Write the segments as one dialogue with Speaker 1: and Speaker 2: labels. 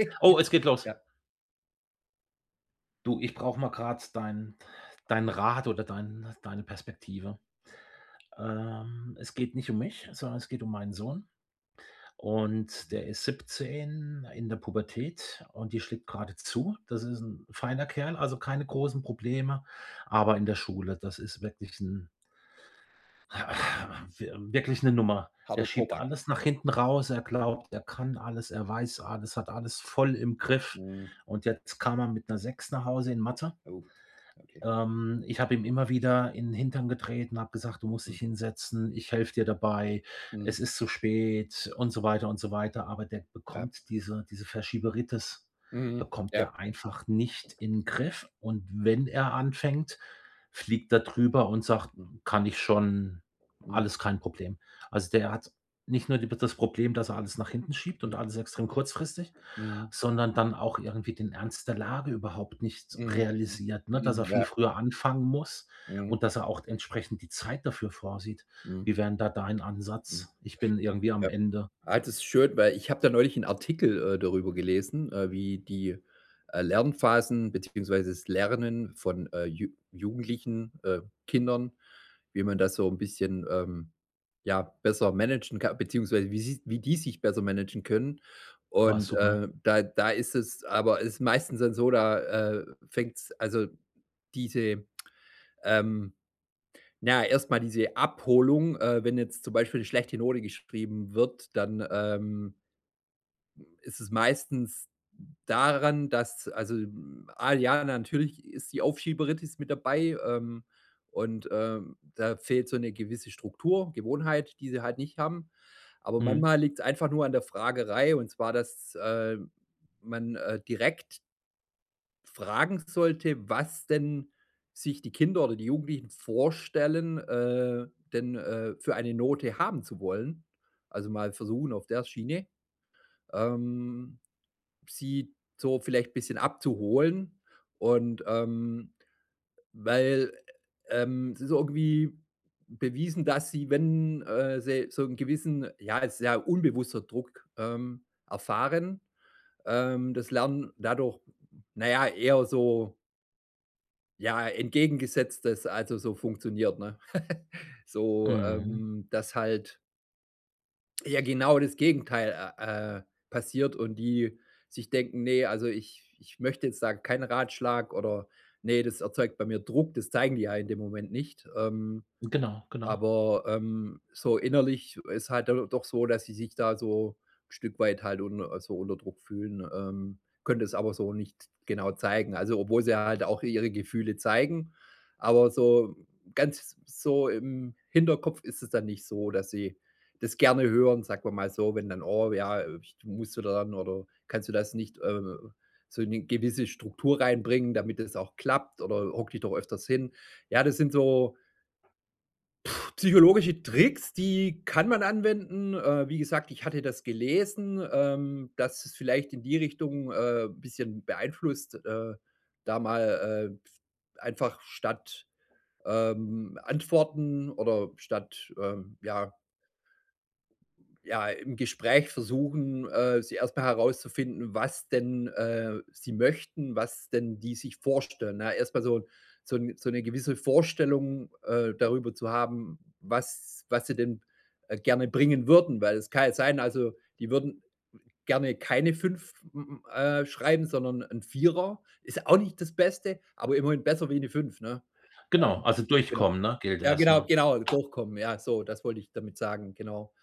Speaker 1: Oh, es geht los.
Speaker 2: Ja.
Speaker 1: Du, ich brauche mal gerade deinen Rat oder deine Perspektive. Es geht nicht um mich, sondern es geht um meinen Sohn, und
Speaker 2: Mhm.
Speaker 1: der ist 17, in der Pubertät, und die schlägt gerade zu. Das ist ein feiner Kerl, also keine großen Probleme, aber in der Schule, das ist wirklich ein
Speaker 2: Hm.
Speaker 1: wirklich eine Nummer. Der
Speaker 2: Harter
Speaker 1: schiebt
Speaker 2: Tobak.
Speaker 1: alles nach hinten raus. Er glaubt, er kann alles, er weiß alles, hat alles voll im Griff,
Speaker 2: Mhm.
Speaker 1: und jetzt kam er mit einer 6 nach Hause in Mathe.
Speaker 2: Oh, okay.
Speaker 1: Ich habe ihm immer wieder in 'n Hintern getreten, habe gesagt: „Du musst
Speaker 2: Mhm.
Speaker 1: dich hinsetzen, ich helfe dir dabei,
Speaker 2: Mhm.
Speaker 1: es ist zu spät“, und so weiter und so weiter. Aber der
Speaker 2: Ja.
Speaker 1: bekommt, diese Verschieberitis
Speaker 2: Mhm.
Speaker 1: bekommt
Speaker 2: Ja.
Speaker 1: der einfach nicht in 'n Griff. Und wenn er anfängt, fliegt er drüber und sagt:
Speaker 2: Mhm.
Speaker 1: „Kann ich schon,
Speaker 2: Mhm.
Speaker 1: alles kein Problem.“ Also, der hat nicht nur die das Problem, dass er alles nach hinten schiebt
Speaker 2: Mhm.
Speaker 1: und alles extrem kurzfristig,
Speaker 2: Mhm.
Speaker 1: sondern dann auch irgendwie den Ernst der Lage überhaupt nicht
Speaker 2: Mhm.
Speaker 1: realisiert, ne, dass
Speaker 2: Mhm.
Speaker 1: er
Speaker 2: Ja.
Speaker 1: viel früher anfangen muss
Speaker 2: Mhm.
Speaker 1: und dass er auch entsprechend die Zeit dafür vorsieht.
Speaker 2: Mhm.
Speaker 1: Wie wären da dein
Speaker 2: Mhm.
Speaker 1: Ansatz? Ich bin irgendwie am
Speaker 2: Ja.
Speaker 1: Ende.
Speaker 2: Ah, das schön, weil ich habe da neulich einen Artikel, darüber gelesen, wie die, Lernphasen beziehungsweise das Lernen von, Ju Jugendlichen, Kindern, wie man das so ein bisschen, ja, besser managen kann beziehungsweise wie die sich besser managen können.
Speaker 1: Oh,
Speaker 2: Und,
Speaker 1: super.
Speaker 2: da ist es aber es ist meistens dann so, da, fängt's also diese, ähm na erstmal diese Abholung, wenn jetzt zum Beispiel eine schlechte Note geschrieben wird, dann, ist es meistens daran, dass also, ah, ja, natürlich ist die Aufschieberitis mit dabei, und, da fehlt so eine gewisse Struktur, Gewohnheit, die sie halt nicht haben. Aber
Speaker 1: Mhm.
Speaker 2: manchmal liegt es einfach nur an der Fragerei und zwar, dass, man, direkt fragen sollte, was denn sich die Kinder oder die Jugendlichen vorstellen, denn, für eine Note haben zu wollen. Also, mal versuchen auf der Schiene. Ähm, sie so vielleicht ein bisschen abzuholen und, weil, es ist irgendwie bewiesen, dass sie, wenn, sie so einen gewissen, ja, es ist ja unbewusster Druck, erfahren, das Lernen dadurch, naja eher so, ja, entgegengesetztes also so funktioniert, ne? So,
Speaker 1: Mhm.
Speaker 2: dass halt ja genau das Gegenteil, passiert und die sich denken: nee also ich möchte jetzt da keinen Ratschlag“ oder nee das erzeugt bei mir Druck.“ Das zeigen die ja in dem Moment nicht.
Speaker 1: Genau, genau.
Speaker 2: Aber, so innerlich ist halt do doch so, dass sie sich da so ein Stück weit halt un so unter Druck fühlen, können das aber so nicht genau zeigen. Also, obwohl sie halt auch ihre Gefühle zeigen, aber so ganz so im Hinterkopf ist es dann nicht so, dass sie das gerne hören, sagen wir mal so, wenn dann: „Oh ja, ich du musst du dann oder kannst du das nicht, so eine gewisse Struktur reinbringen, damit es auch klappt oder hock dich doch öfters hin.“ Ja, das sind so psychologische Tricks, die kann man anwenden. Wie gesagt, ich hatte das gelesen, dass es vielleicht in die Richtung, ein bisschen beeinflusst, da mal, einfach statt, Antworten oder statt, ja, im Gespräch versuchen, sie erstmal herauszufinden, was denn, sie möchten, was denn die sich vorstellen, ne? Erst so so 'n so 'ne gewisse Vorstellung, darüber zu haben, was sie denn, gerne bringen würden, weil es kann ja sein, also, die würden gerne keine 5 m schreiben, sondern ein Vierer ist auch nicht das Beste, aber immerhin besser wie eine fünf, ne?
Speaker 1: Genau,
Speaker 2: Ähm,
Speaker 1: also
Speaker 2: genau.
Speaker 1: durchkommen, ne, gilt
Speaker 2: Ja, genau,
Speaker 1: erstmal.
Speaker 2: genau, durchkommen. Ja, so, das wollte ich damit sagen, genau.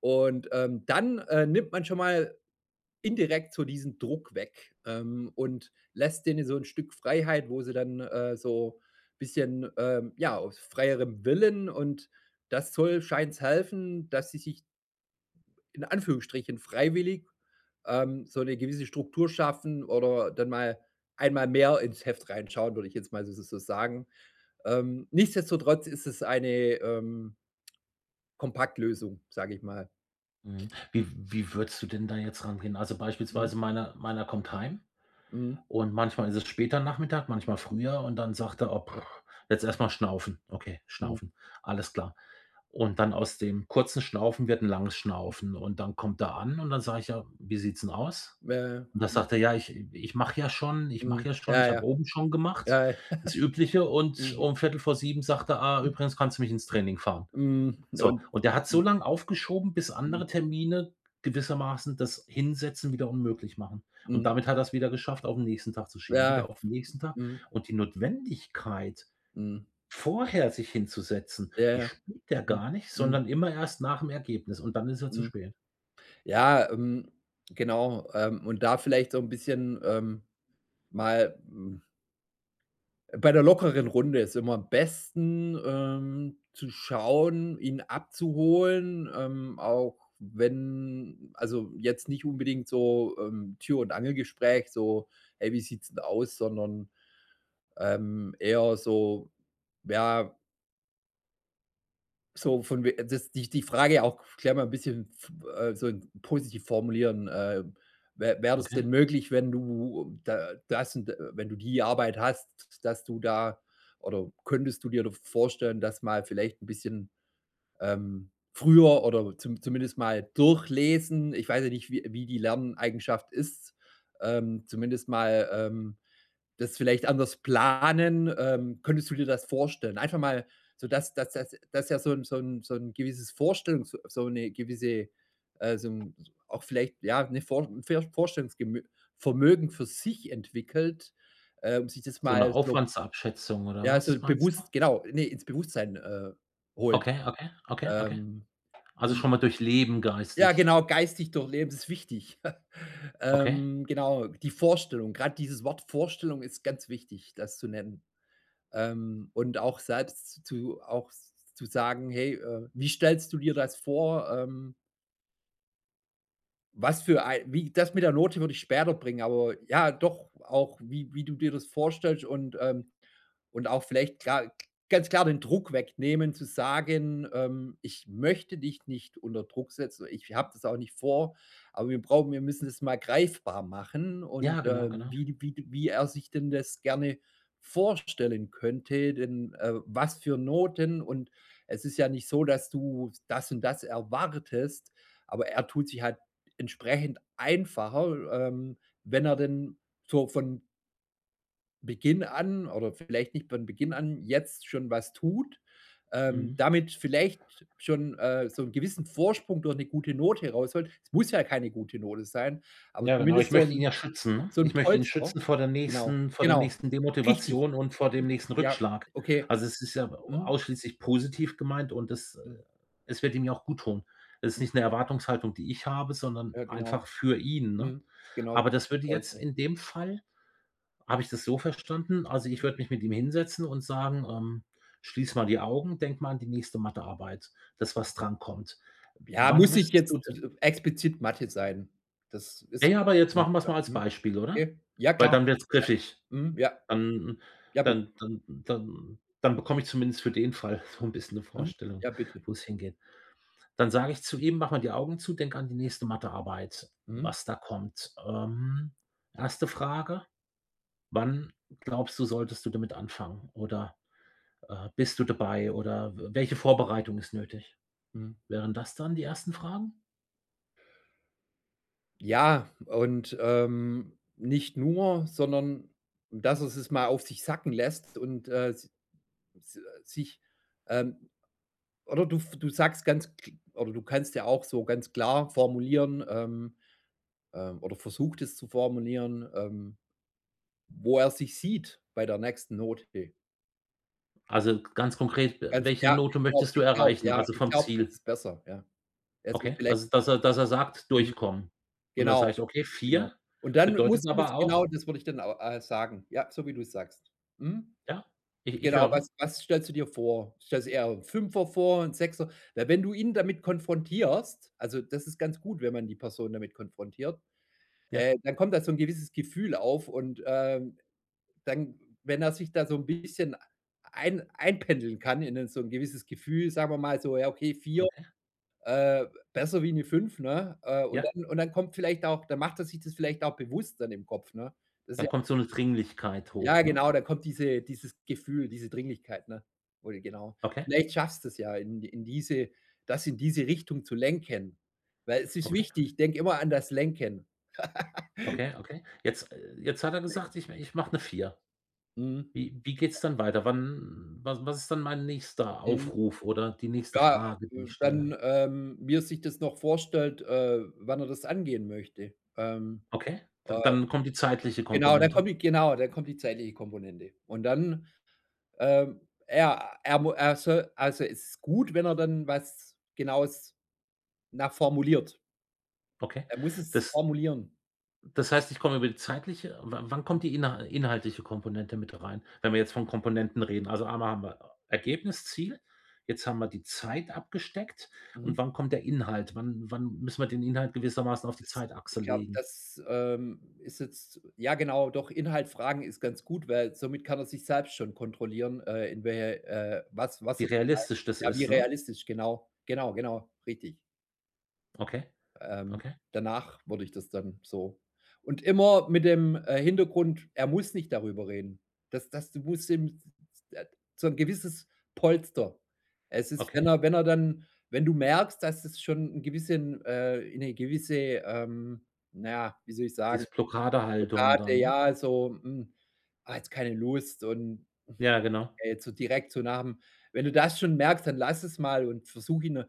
Speaker 2: Und, dann, nimmt man schon mal indirekt so diesen Druck weg, und lässt denen so ein Stück Freiheit, wo sie dann, so ein bisschen, ja, aus freierem Willen und das soll scheint's helfen, dass sie sich in Anführungsstrichen freiwillig, so eine gewisse Struktur schaffen oder dann mal einmal mehr ins Heft reinschauen, würde ich jetzt mal so sagen. Nichtsdestotrotz ist es eine, Kompaktlösung, sage ich mal.
Speaker 1: Mhm. Wie würdest du denn da jetzt rangehen? Also,
Speaker 2: Mhm,
Speaker 1: beispielsweise meiner kommt heim,
Speaker 2: mhm,
Speaker 1: und manchmal ist es später Nachmittag, manchmal früher, und dann sagt er: „Oh,
Speaker 2: ja,
Speaker 1: pff, jetzt erstmal schnaufen. Okay,
Speaker 2: mhm, mhm,
Speaker 1: schnaufen, alles klar.“ Und dann aus dem kurzen Schnaufen wird 'n langes Schnaufen, und dann kommt er an, und dann sage ich: „Ja, wie sieht's 'n aus?“
Speaker 2: ja, ja,
Speaker 1: Und dann sagt er: „Ja, ich
Speaker 2: mhm, mhm,
Speaker 1: mache ja schon,
Speaker 2: ja,
Speaker 1: ich
Speaker 2: ja,
Speaker 1: habe oben schon gemacht.“
Speaker 2: ja, ja,
Speaker 1: Das Übliche, und
Speaker 2: mhm,
Speaker 1: um Viertel vor sieben sagt er: „Ah, übrigens, kannst du mich ins Training fahren.“
Speaker 2: mhm,
Speaker 1: So,
Speaker 2: und
Speaker 1: und der hat so
Speaker 2: mhm,
Speaker 1: lang aufgeschoben, bis
Speaker 2: mhm,
Speaker 1: andere Termine gewissermaßen das Hinsetzen wieder unmöglich machen.
Speaker 2: mhm,
Speaker 1: Und damit hat er's wieder geschafft, auf 'n nächsten Tag zu schieben,
Speaker 2: ja,
Speaker 1: wieder auf 'n nächsten Tag.
Speaker 2: mhm,
Speaker 1: Und die Notwendigkeit,
Speaker 2: mhm,
Speaker 1: vorher sich hinzusetzen,
Speaker 2: ja,
Speaker 1: die
Speaker 2: ja,
Speaker 1: spielt der
Speaker 2: mhm,
Speaker 1: gar nicht,
Speaker 2: mhm,
Speaker 1: sondern immer erst nach dem Ergebnis, und dann ist er zu
Speaker 2: mhm.
Speaker 1: spät.
Speaker 2: Ja, genau, und da vielleicht so 'n bisschen, mal bei der lockeren Runde ist immer am besten, zu schauen, ihn abzuholen, auch wenn also, jetzt nicht unbedingt so, Tür und Angelgespräch, so: „Hey, wie sieht's 'n aus?“, sondern, eher so: „Ja, so von we das die Frage auch vielleicht mal ein bisschen so positiv formulieren. Wäre das
Speaker 1: Okay.
Speaker 2: denn möglich, wenn du da das und wenn du die Arbeit hast, dass du da oder könntest du dir da vorstellen, dass mal vielleicht ein bisschen früher oder zumindest mal durchlesen. Ich weiß ja nicht, wie die Lerneigenschaft ist. Zumindest mal, das vielleicht anders planen. Könntest du dir das vorstellen? Einfach mal so, dass ja so ein gewisses Vorstellung, so eine gewisse, so 'n auch vielleicht, ja, eine Vorstellungsgemö Vermögen für sich entwickelt, um sich das
Speaker 1: So 'ne
Speaker 2: mal so
Speaker 1: Aufwandsabschätzung, oder
Speaker 2: ja, so
Speaker 1: was meinst du?
Speaker 2: bewusst genau, ne, ins Bewusstsein, holt.
Speaker 1: Okay, okay, okay, okay.
Speaker 2: Ähm
Speaker 1: Also schon mal durchleben,
Speaker 2: ja,
Speaker 1: geistig.
Speaker 2: genau, geistig durchleben ist wichtig.
Speaker 1: Okay.
Speaker 2: Genau, die Vorstellung, gerade dieses Wort Vorstellung ist ganz wichtig, das zu nennen. Und auch selbst zu sagen: „Hey, wie stellst du dir das vor?“ was für ein wie das mit der Note würde ich später bringen, aber ja, doch auch, wie du dir das vorstellst und auch vielleicht klar ganz klar den Druck wegnehmen, zu sagen, „Ich möchte dich nicht unter Druck setzen. Ich habe das auch nicht vor, aber wir brauchen wir müssen das mal greifbar machen und,
Speaker 1: Ja, genau, genau.
Speaker 2: wie er sich denn das gerne vorstellen könnte, denn, was für Noten und es ist ja nicht so, dass du das und das erwartest, aber er tut sich halt entsprechend einfacher, wenn er denn so von Beginn an oder vielleicht nicht von Beginn an jetzt schon was tut,
Speaker 1: Mhm.
Speaker 2: damit vielleicht schon, so 'n gewissen Vorsprung durch 'ne gute Note rausholt. Es muss ja keine gute Note sein, aber
Speaker 1: Ja, genau.
Speaker 2: zumindest
Speaker 1: Ich
Speaker 2: so
Speaker 1: möchte ihn
Speaker 2: 'n
Speaker 1: ja schützen, ne?
Speaker 2: so
Speaker 1: Ich
Speaker 2: 'n
Speaker 1: möchte ihn
Speaker 2: Polster.
Speaker 1: schützen vor der
Speaker 2: Genau,
Speaker 1: nächsten vor der
Speaker 2: genau.
Speaker 1: nächsten
Speaker 2: Richtig,
Speaker 1: Demotivation und vor dem
Speaker 2: richtig.
Speaker 1: nächsten
Speaker 2: Ja,
Speaker 1: Rückschlag.
Speaker 2: okay.
Speaker 1: Also, es ist ja
Speaker 2: Mhm,
Speaker 1: ausschließlich positiv gemeint, und das
Speaker 2: mhm,
Speaker 1: es wird ihm ja auch guttun. Es ist
Speaker 2: mhm.
Speaker 1: nicht 'ne Erwartungshaltung, die ich habe, sondern
Speaker 2: Ja, genau.
Speaker 1: einfach für ihn, ne?
Speaker 2: Mhm, genau,
Speaker 1: Aber das würde jetzt
Speaker 2: Polster.
Speaker 1: in dem Fall, habe ich das so verstanden, also, ich würde mich mit ihm hinsetzen und sagen, „Schließ mal die Augen, denk mal an die nächste Mathearbeit, das, was drankommt.“
Speaker 2: Ja,
Speaker 1: Wann
Speaker 2: muss nicht
Speaker 1: müsstest du
Speaker 2: jetzt
Speaker 1: denn,
Speaker 2: explizit Mathe sein. Das
Speaker 1: ja,
Speaker 2: ist
Speaker 1: ja, aber jetzt machen wir es mal als
Speaker 2: mhm.
Speaker 1: Beispiel, oder?
Speaker 2: Okay. Ja,
Speaker 1: Weil
Speaker 2: klar.
Speaker 1: dann wird's griffig.
Speaker 2: Mhm, ja.
Speaker 1: Dann
Speaker 2: Ja, bitte.
Speaker 1: dann bekomme ich zumindest für den Fall so ein bisschen eine
Speaker 2: Mhm.
Speaker 1: Vorstellung,
Speaker 2: Ja, bitte.
Speaker 1: wo es hingeht. Dann sage ich zu ihm: „Mach mal die Augen zu, denk an die nächste Mathearbeit,
Speaker 2: Mhm.
Speaker 1: was da kommt. 1. Frage: Wann glaubst du, solltest du damit anfangen? Oder, bist du dabei, oder w welche Vorbereitung ist nötig?
Speaker 2: Mhm.
Speaker 1: Wären das dann die ersten Fragen?
Speaker 2: Ja, und, nicht nur, sondern dass es es mal auf sich sacken lässt und, s s sich, ähm oder du sagst ganz kl oder du kannst ja auch so ganz klar formulieren, oder versucht es zu formulieren, wo er sich sieht bei der nächsten Note.
Speaker 1: Also, ganz konkret,
Speaker 2: Ganz
Speaker 1: welche
Speaker 2: ja,
Speaker 1: Note
Speaker 2: ich glaube
Speaker 1: möchtest du
Speaker 2: ich glaube,
Speaker 1: erreichen,
Speaker 2: ja.
Speaker 1: also
Speaker 2: Ich
Speaker 1: vom
Speaker 2: glaube, das
Speaker 1: Ziel?
Speaker 2: ist besser, ja. Es ist
Speaker 1: Okay,
Speaker 2: vielleicht
Speaker 1: also dass er sagt:
Speaker 2: mhm,
Speaker 1: „Durchkommen.“ Und dann sage
Speaker 2: genau,
Speaker 1: ich: „Okay,
Speaker 2: genau.
Speaker 1: 4
Speaker 2: Und dann muss
Speaker 1: bedeutet
Speaker 2: muss
Speaker 1: aber
Speaker 2: genau,
Speaker 1: auch“,
Speaker 2: das würde ich dann au sagen. Ja, so wie du sagst. Mhm.
Speaker 1: ja, ich
Speaker 2: Genau, was
Speaker 1: höre.
Speaker 2: was stellst du dir vor? Stellst du eher 'n 5 vor, 'n 6er? Weil wenn du ihn damit konfrontierst also, das ist ganz gut, wenn man die Person damit konfrontiert,
Speaker 1: Ja,
Speaker 2: dann kommt da so 'n gewisses Gefühl auf und, dann wenn er sich da so 'n bisschen einpendeln kann in 'nen so 'n gewisses Gefühl, sagen wir mal so, ja, okay, vier
Speaker 1: okay,
Speaker 2: Äh, besser wie eine fünf ne? Und
Speaker 1: ja.
Speaker 2: dann und dann kommt vielleicht auch dann macht er sich das vielleicht auch bewusst dann im Kopf, ne? Das ist
Speaker 1: Dann
Speaker 2: ja
Speaker 1: kommt so eine Dringlichkeit
Speaker 2: ja
Speaker 1: hoch, ne?
Speaker 2: genau, da kommt dieses Gefühl, diese Dringlichkeit, ne? Oder genau.
Speaker 1: Okay,
Speaker 2: Vielleicht schaffst du's ja in diese Richtung zu lenken, weil es ist
Speaker 1: okay,
Speaker 2: wichtig, denk immer an das Lenken.
Speaker 1: okay, okay. Jetzt, jetzt hat er gesagt: „Ich mache eine vier.“
Speaker 2: Mhm.
Speaker 1: Wie geht's dann weiter? Wann was was ist dann mein nächster
Speaker 2: Mhm.
Speaker 1: Aufruf oder die nächste
Speaker 2: Ja,
Speaker 1: Frage, die ich stelle?
Speaker 2: dann, wie er sich das noch vorstellt, wann er das angehen möchte.
Speaker 1: Okay,
Speaker 2: Äh,
Speaker 1: dann kommt die zeitliche
Speaker 2: genau, dann
Speaker 1: Komponente.
Speaker 2: kommt die genau, dann kommt die zeitliche Komponente. Und dann Ähm, er soll also, es ist gut, wenn er dann was Genaues, nachformuliert.
Speaker 1: Okay.
Speaker 2: Er muss es
Speaker 1: Das
Speaker 2: formulieren.
Speaker 1: das heißt, ich komme über die zeitliche, wa wann kommt die inhaltliche Komponente mit rein, wenn wir jetzt von Komponenten reden? Also einmal haben wir Ergebnis, Ziel, jetzt haben wir die Zeit abgesteckt,
Speaker 2: Mhm.
Speaker 1: und wann kommt der Inhalt? Wann müssen wir den Inhalt gewissermaßen auf die
Speaker 2: Das
Speaker 1: Zeitachse
Speaker 2: ich glaube,
Speaker 1: legen?
Speaker 2: das, ist jetzt ja genau, doch Inhalt fragen ist ganz gut, weil somit kann er sich selbst schon kontrollieren, in welche was
Speaker 1: Wie
Speaker 2: er denn
Speaker 1: realistisch
Speaker 2: weiß.
Speaker 1: das
Speaker 2: Ja, wie
Speaker 1: ist, ne?
Speaker 2: realistisch, genau. Genau, genau, richtig.
Speaker 1: Okay,
Speaker 2: Ähm,
Speaker 1: okay,
Speaker 2: danach wurde ich das dann so. Und immer mit dem, Hintergrund, er muss nicht darüber reden. Das das du musst ihm äh, so ein gewisses Polster. Es ist,
Speaker 1: okay.
Speaker 2: wenn er wenn er dann wenn du merkst, dass es schon ein gewissen in eine gewisse, ähm, na ja, wie soll ich sagen,
Speaker 1: Diese Blockadehaltung
Speaker 2: Blockade,
Speaker 1: dann, ne?
Speaker 2: ja, so, hm: „Ah, jetzt keine Lust“ und
Speaker 1: Ja, genau.
Speaker 2: ja, jetzt so direkt so nach dem wenn du das schon merkst, dann lass es mal und versuch ihn,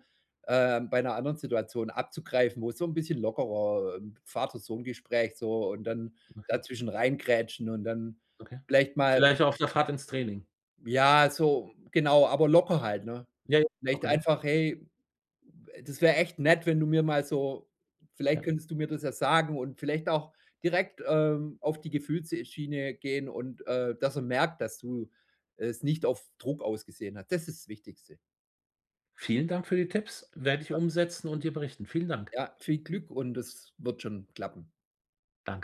Speaker 2: bei 'ner anderen Situation abzugreifen, wo es so 'n bisschen lockerer, Vater-Sohn-Gespräch so und dann
Speaker 1: Okay,
Speaker 2: dazwischen reingrätschen und dann
Speaker 1: okay.
Speaker 2: vielleicht mal
Speaker 1: Vielleicht auch auf der Fahrt ins Training.
Speaker 2: ja, so genau, aber locker halt, ne?
Speaker 1: Ja, ja, genau,
Speaker 2: Vielleicht
Speaker 1: genau.
Speaker 2: einfach: „Hey, das wäre echt nett, wenn du mir mal so vielleicht Mhm.
Speaker 1: Ja.
Speaker 2: könntest du mir das ja sagen und vielleicht auch direkt, auf die Gefühlsschiene gehen und, dass er merkt, dass du es nicht auf Druck ausgesehen hast. Das ist das Wichtigste.
Speaker 1: Vielen Dank für die Tipps, werde ich umsetzen und dir berichten. Vielen Dank.
Speaker 2: Ja, viel Glück und das wird schon klappen.
Speaker 1: Danke.